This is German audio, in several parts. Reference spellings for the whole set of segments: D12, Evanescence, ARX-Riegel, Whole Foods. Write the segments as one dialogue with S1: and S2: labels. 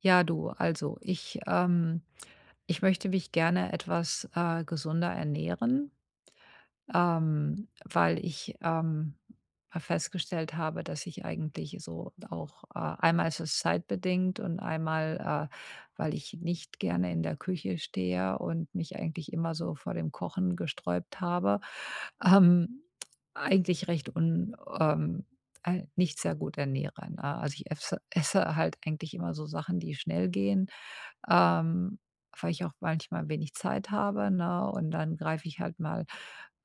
S1: Ja, du, also ich, ich möchte mich gerne etwas gesünder ernähren, weil ich festgestellt habe, dass ich eigentlich so auch einmal ist es zeitbedingt und einmal, weil ich nicht gerne in der Küche stehe und mich eigentlich immer so vor dem Kochen gesträubt habe, ähm, eigentlich recht un nicht sehr gut ernähre, ne? Also, ich esse halt eigentlich immer so Sachen, die schnell gehen ähm, weil ich auch manchmal wenig Zeit habe, ne? Und dann greife ich halt mal,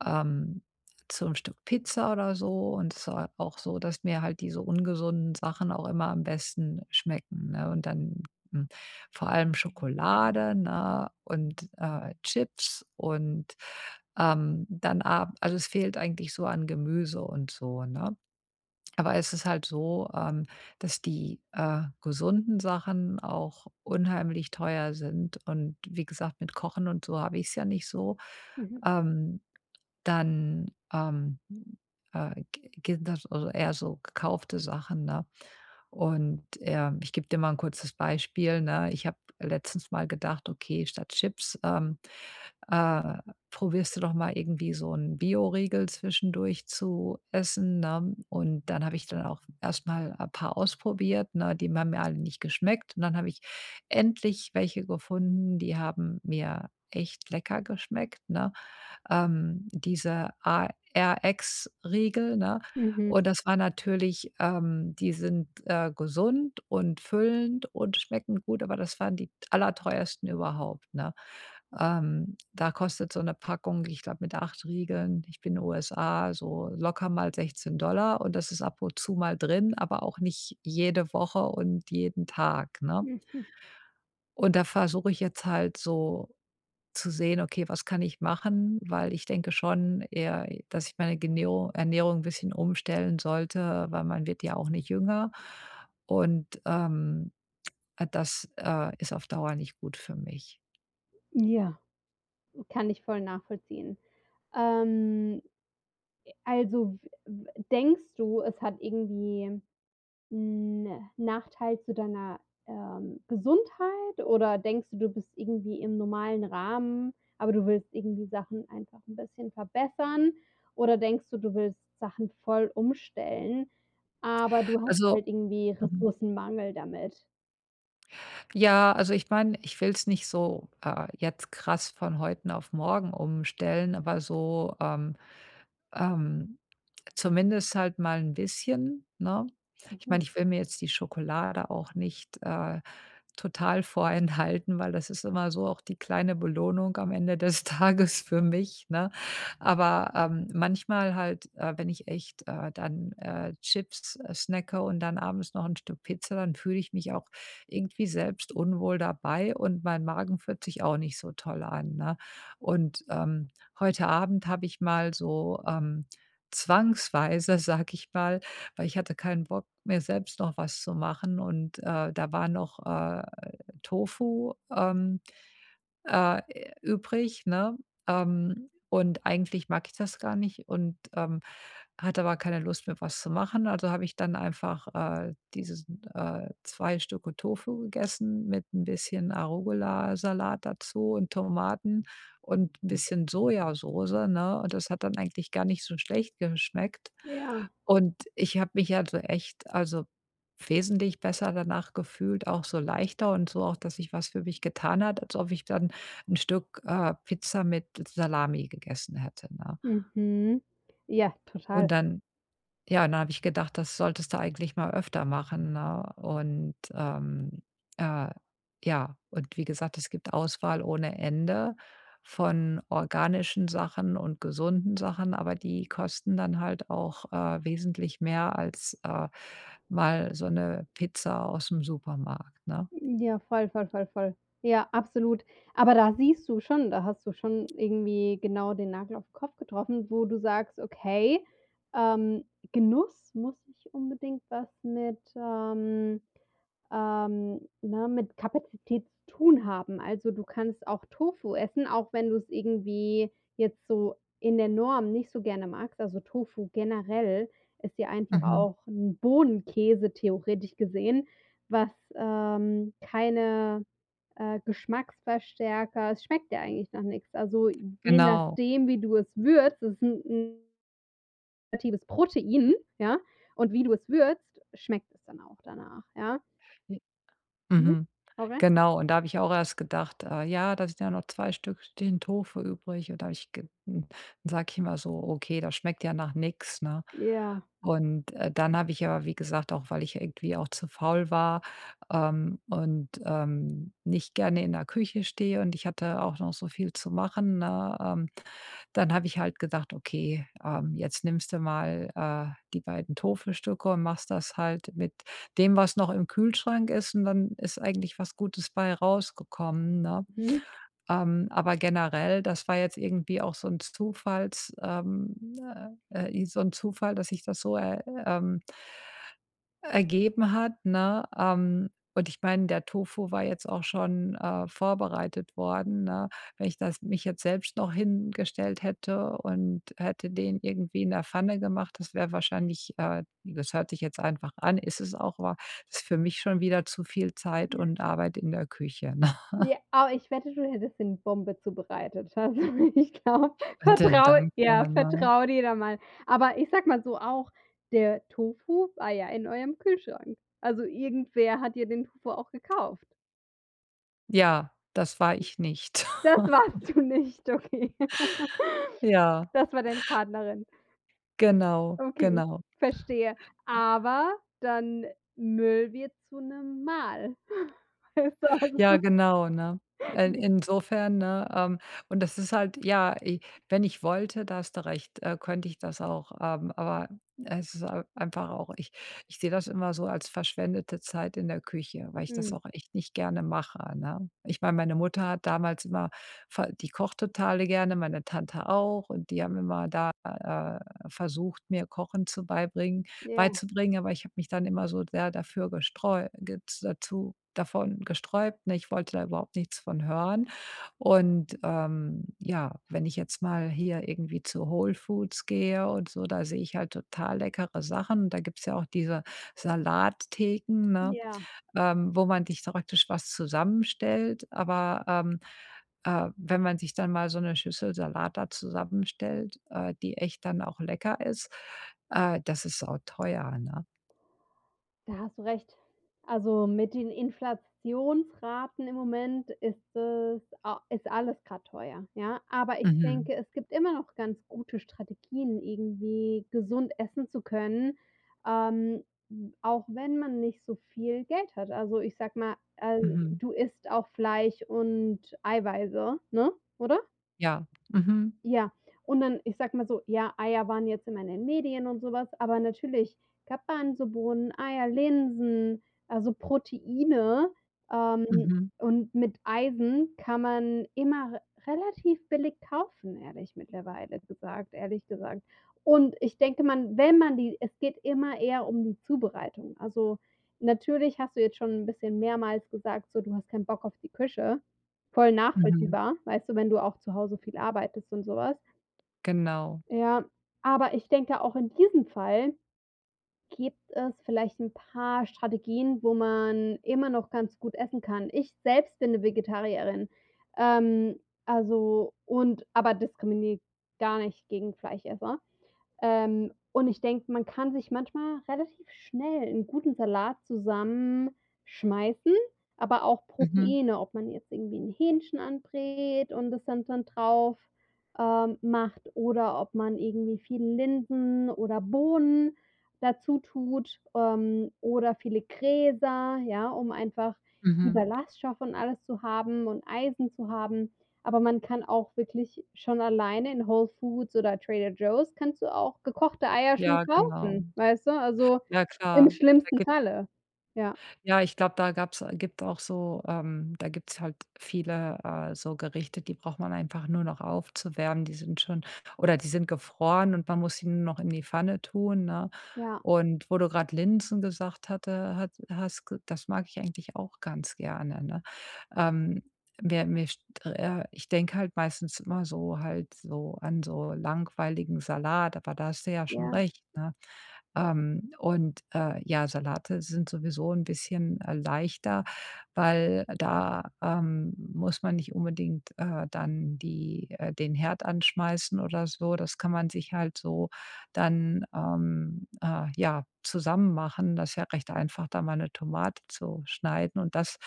S1: ähm, zu 'n Stück Pizza oder so. Und es war auch so, dass mir halt diese ungesunden Sachen auch immer am besten schmecken, ne? Und dann, hm, vor allem Schokolade, ne, und Chips und, dann ab also, es fehlt eigentlich so an Gemüse und so, ne? Aber es ist halt so, dass die gesunden Sachen auch unheimlich teuer sind und wie gesagt, mit Kochen und so habe ich es ja nicht so.
S2: Mhm,
S1: Ähm, dann, g geht das also eher so gekaufte Sachen, ne? Und ich gebe dir mal ein kurzes Beispiel, ne? Ich habe letztens mal gedacht: „Okay, statt Chips, äh, probierst du doch mal irgendwie so 'n Bioriegel zwischendurch zu essen, ne? Und dann habe ich dann auch erst mal ein paar ausprobiert, ne? Die haben mir alle nicht geschmeckt. Und dann habe ich endlich welche gefunden, die haben mir echt lecker geschmeckt, ne? Diese ARX-Riegel, ne?
S2: mhm,
S1: Und das war natürlich die sind gesund und füllend und schmecken gut, aber das waren die allerteuersten überhaupt, ne? Da kostet so eine Packung, ich glaube, mit 8 Riegeln, ich bin in USA, so locker mal 16. Und das ist ab und zu mal drin, aber auch nicht jede Woche und jeden Tag, ne?
S2: mhm.
S1: Und da versuche ich jetzt halt so zu sehen: „Okay, was kann ich machen?" Weil ich denke schon eher, dass ich meine Genero Ernährung ein bisschen umstellen sollte, weil man wird ja auch nicht jünger. Und das ist auf Dauer nicht gut für mich.
S2: Ja, kann ich voll nachvollziehen. Ähm, also, w w denkst du, es hat irgendwie 'n Nachteil zu deiner, Gesundheit, oder denkst du, du bist irgendwie im normalen Rahmen, aber du willst irgendwie Sachen einfach ein bisschen verbessern? Oder denkst du, du willst Sachen voll umstellen, aber du hast
S1: Also,
S2: halt irgendwie
S1: mhm.
S2: Ressourcenmangel damit?
S1: Ja, also ich meine, ich will es nicht so jetzt krass von heute auf morgen umstellen, aber so, ähm, zumindest halt mal ein bisschen, ne? Ich
S2: Mhm.
S1: meine, ich will mir jetzt die Schokolade auch nicht total vorenthalten, weil das ist immer so auch die kleine Belohnung am Ende des Tages für mich, ne? Aber manchmal halt, wenn ich echt dann Chips snacke und dann abends noch ein Stück Pizza, dann fühle ich mich auch irgendwie selbst unwohl dabei und mein Magen fühlt sich auch nicht so toll an, ne? Und heute Abend habe ich mal so zwangsweise, sag ich mal, weil ich hatte keinen Bock, mir selbst noch was zu machen und da war noch Tofu, übrig, ne? Und eigentlich mag ich das gar nicht und hatte aber keine Lust mehr, was zu machen. Also habe ich dann einfach diesen zwei Stücke Tofu gegessen mit ein bisschen Arugula-Salat dazu und Tomaten und ein bisschen Sojasauce, ne? Und das hat dann eigentlich gar nicht so schlecht geschmeckt.
S2: Ja.
S1: Und ich habe mich also echt also wesentlich besser danach gefühlt, auch so leichter und so auch, dass sich was für mich getan hat, als ob ich dann ein Stück Pizza mit Salami gegessen hätte, ne?
S2: Mhm. Ja, total.
S1: Und dann ja, dann habe ich gedacht, das solltest du eigentlich mal öfter machen, ne? Und, äh, ja, und wie gesagt, es gibt Auswahl ohne Ende von organischen Sachen und gesunden Sachen, aber die kosten dann halt auch wesentlich mehr als mal so eine Pizza aus dem Supermarkt, ne?
S2: Ja, voll, voll, voll, voll. Ja, absolut. Aber da siehst du schon, da hast du schon irgendwie genau den Nagel auf den Kopf getroffen, wo du sagst: „Okay, ähm, Genuss muss nicht unbedingt was mit, ne, mit Kapazität zu tun haben." Also, du kannst auch Tofu essen, auch wenn du es irgendwie jetzt so in der Norm nicht so gerne magst. Also, Tofu generell ist ja einfach
S1: Mhm.
S2: auch 'n Bohnenkäse, theoretisch gesehen, was, keine, Geschmacksverstärker, es schmeckt ja eigentlich nach nix. Also, je
S1: Genau.
S2: nachdem, wie du es würzt, es ist 'n natives Protein, ja, und wie du es würzt, schmeckt es dann auch danach, ja. Mhm.
S1: Mhm.
S2: Okay.
S1: Genau, und da habe ich auch erst gedacht, ja, da sind ja noch 2 Stück Tofu übrig und da habe ich sage ich immer so: „Okay, das schmeckt ja nach nix", ne?
S2: Ja,
S1: Und dann habe ich aber, wie gesagt, auch weil ich irgendwie auch zu faul war, und nicht gerne in der Küche stehe und ich hatte auch noch so viel zu machen, ne, dann habe ich halt gedacht, „Okay, jetzt nimmst du mal, die beiden Thofestücke und machst das halt mit dem, was noch im Kühlschrank ist", und dann ist eigentlich was Gutes bei rausgekommen, ne?
S2: mhm.
S1: Aber generell, das war jetzt irgendwie auch so ein Zufalls so ein Zufall, dass ich das so, ähm ergeben hat, ne? Und ich meine, der Tofu war jetzt auch schon vorbereitet worden, ne? Wenn ich das mich jetzt selbst noch hingestellt hätte und hätte den irgendwie in der Pfanne gemacht, das wäre wahrscheinlich, das hört sich jetzt einfach an, ist es auch, aber das ist für mich schon wieder zu viel Zeit und Arbeit in der Küche, ne?
S2: Ja, aber ich wette, du hättest dir 'ne Bombe zubereitet. Also, ich glaube,
S1: Und dann
S2: vertraue,
S1: danke,
S2: ja,
S1: ne?
S2: vertraue dir da mal. Aber ich sage mal so auch, der Tofu war ja in eurem Kühlschrank. Also, irgendwer hat dir den Tofu auch gekauft.
S1: Ja, das war ich nicht.
S2: Das warst du nicht, okay.
S1: Ja,
S2: Das war deine Partnerin.
S1: genau,
S2: Okay,
S1: genau.
S2: verstehe. Aber dann Müll wird zu 'nem Mahl. Weißt du,
S1: Ja,
S2: also,
S1: genau, ne? In
S2: j
S1: Insofern, ne, und das ist halt ja, i wenn ich wollte, da hast du recht, könnte ich das auch, aber es ist ei einfach auch ich sehe das immer so als verschwendete Zeit in der Küche, weil ich das
S2: mhm,
S1: auch echt nicht gerne mache, ne? Ich meine, meine Mutter hat damals immer ver die kocht total gerne, meine Tante auch und die haben immer da versucht, mir Kochen zu beibringen
S2: ja,
S1: beizubringen, aber ich habe mich dann immer so sehr dafür gestreu gez dazu davon gesträubt, ne? Ich wollte da überhaupt nichts von hören und ja, wenn ich jetzt mal hier irgendwie zu Whole Foods gehe und so, da sehe ich halt total leckere Sachen. Da gibt's ja auch diese Salattheken, ne?
S2: ja.
S1: Wo man sich praktisch was zusammenstellt. Aber, wenn man sich dann mal so eine Schüssel Salat da zusammenstellt, die echt dann auch lecker ist, das ist auch teuer, ne?
S2: Da hast du recht. Also, mit den Inflationsraten im Moment ist es a ist alles grad teuer, ja? Aber ich
S1: Mhm,
S2: denke, es gibt immer noch ganz gute Strategien, irgendwie gesund essen zu können, ähm, auch wenn man nicht so viel Geld hat. Also, ich sag mal,
S1: mhm,
S2: du isst auch Fleisch und Eiweiße, ne, oder?
S1: ja, mhm,
S2: Ja, und dann, ich sag mal so, ja, Eier waren jetzt immer in den Medien und so was, aber natürlich Garbanzobohnen, Eier, Linsen, also Proteine, ähm,
S1: mhm,
S2: und mit Eisen kann man immer relativ billig kaufen, ehrlich mittlerweile gesagt ehrlich gesagt. Und ich denke, man wenn man die es geht immer eher um die Zubereitung. Also, natürlich hast du jetzt schon 'n bisschen mehrmals gesagt, so, du hast keinen Bock auf die Küche. Voll
S1: mhm,
S2: nachvollziehbar, weißt du, wenn du auch zu Hause viel arbeitest und so was.
S1: genau.
S2: Ja, aber ich denke, auch in diesem Fall gibt es vielleicht 'n paar Strategien, wo man immer noch ganz gut essen kann. Ich selbst bin 'ne Vegetarierin, ähm, also, und aber diskriminiere gar nicht gegen Fleischesser. Und ich denke, man kann sich manchmal relativ schnell 'n guten Salat zusammenschmeißen, aber auch
S1: Mhm,
S2: Proteine, ob man jetzt irgendwie 'n Hähnchen anbrät und das dann drauf, macht, oder ob man irgendwie viel Linsen oder Bohnen dazu tut, oder viele Gräser, ja, um einfach die
S1: mhm.
S2: Ballaststoffe und alles zu haben und Eisen zu haben. Aber man kann auch wirklich schon alleine in Whole Foods oder Trader Joe's kannst du auch gekochte Eier schon
S1: Ja, genau.
S2: kaufen, weißt du? Also,
S1: Ja,
S2: im
S1: klar.
S2: schlimmsten
S1: Da
S2: Falle. Ja,
S1: Ja, ich glaube, da gab's, gibt auch so, da gibt's halt viele so Gerichte, die braucht man einfach nur noch aufzuwärmen. Die sind schon oder die sind gefroren und man muss sie nur noch in die Pfanne tun, ne?
S2: ja,
S1: Und wo du gerade Linsen gesagt hatte hat hast, g das mag ich eigentlich auch ganz gerne, ne? Ähm, mir mir st Ich denke halt meistens immer so halt so an so langweiligen Salat, aber da hast du ja schon
S2: ja,
S1: recht, ne? Und ja, Salate sind sowieso ein bisschen leichter, weil da muss man nicht unbedingt dann die den Herd anschmeißen oder so. Das kann man sich halt so dann, ja, zusammen machen. Das ist ja recht einfach, da mal eine Tomate zu schneiden und das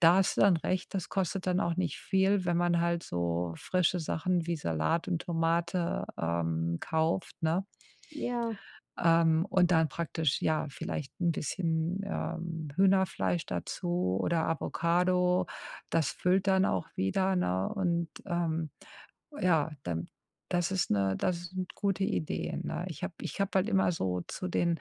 S1: da hast du dann recht, das kostet dann auch nicht viel, wenn man halt so frische Sachen wie Salat und Tomate kauft, ne?
S2: ja,
S1: Und dann praktisch, ja, vielleicht ein bisschen Hühnerfleisch dazu oder Avocado. Das füllt dann auch wieder, ne? Und ja, dann das sind gute Ideen, ne? Ich habe halt immer so zu den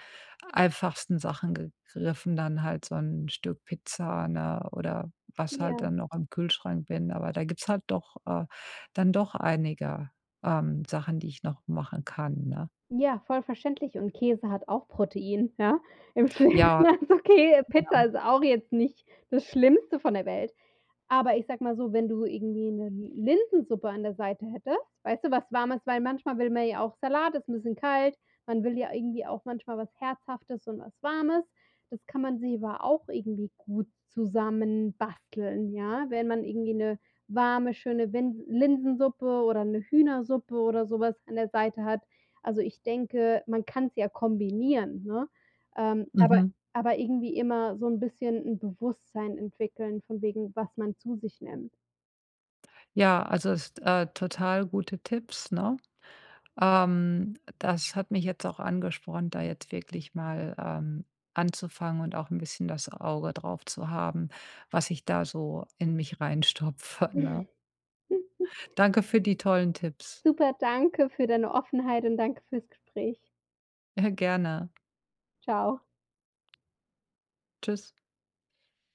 S1: einfachsten Sachen gegriffen, dann halt so ein Stück Pizza, ne, oder was halt
S2: ja,
S1: dann noch im Kühlschrank bin. Aber da gibt's halt doch dann doch einige Sachen, die ich noch machen kann, ne?
S2: ja, voll verständlich, und Käse hat auch Protein, ja? Im schlimmsten,
S1: Ja,
S2: also, okay, Pizza ist auch jetzt nicht das Schlimmste von der Welt. Aber ich sag mal so, wenn du irgendwie 'ne Linsensuppe an der Seite hättest, weißt du, was Warmes, weil manchmal will man ja auch Salat, ist 'n bisschen kalt. Man will ja irgendwie auch manchmal was Herzhaftes und was Warmes. Das kann man sich aber auch irgendwie gut zusammenbasteln, ja? Wenn man irgendwie 'ne warme, schöne Win Linsensuppe oder 'ne Hühnersuppe oder so was an der Seite hat. Also, ich denke, man kann's ja kombinieren, ne? Aber
S1: mhm.
S2: aber irgendwie immer so 'n bisschen 'n Bewusstsein entwickeln von wegen, was man zu sich nimmt.
S1: Ja, also ist total gute Tipps, ne? Das hat mich jetzt auch angespornt, da jetzt wirklich mal anzufangen und auch ein bisschen das Auge drauf zu haben, was ich da so in mich reinstopfe,
S2: Mhm.
S1: ne? Danke für die tollen Tipps.
S2: Super, danke für deine Offenheit und danke fürs Gespräch.
S1: Ja, gerne.
S2: Tschau.
S1: Tschüss.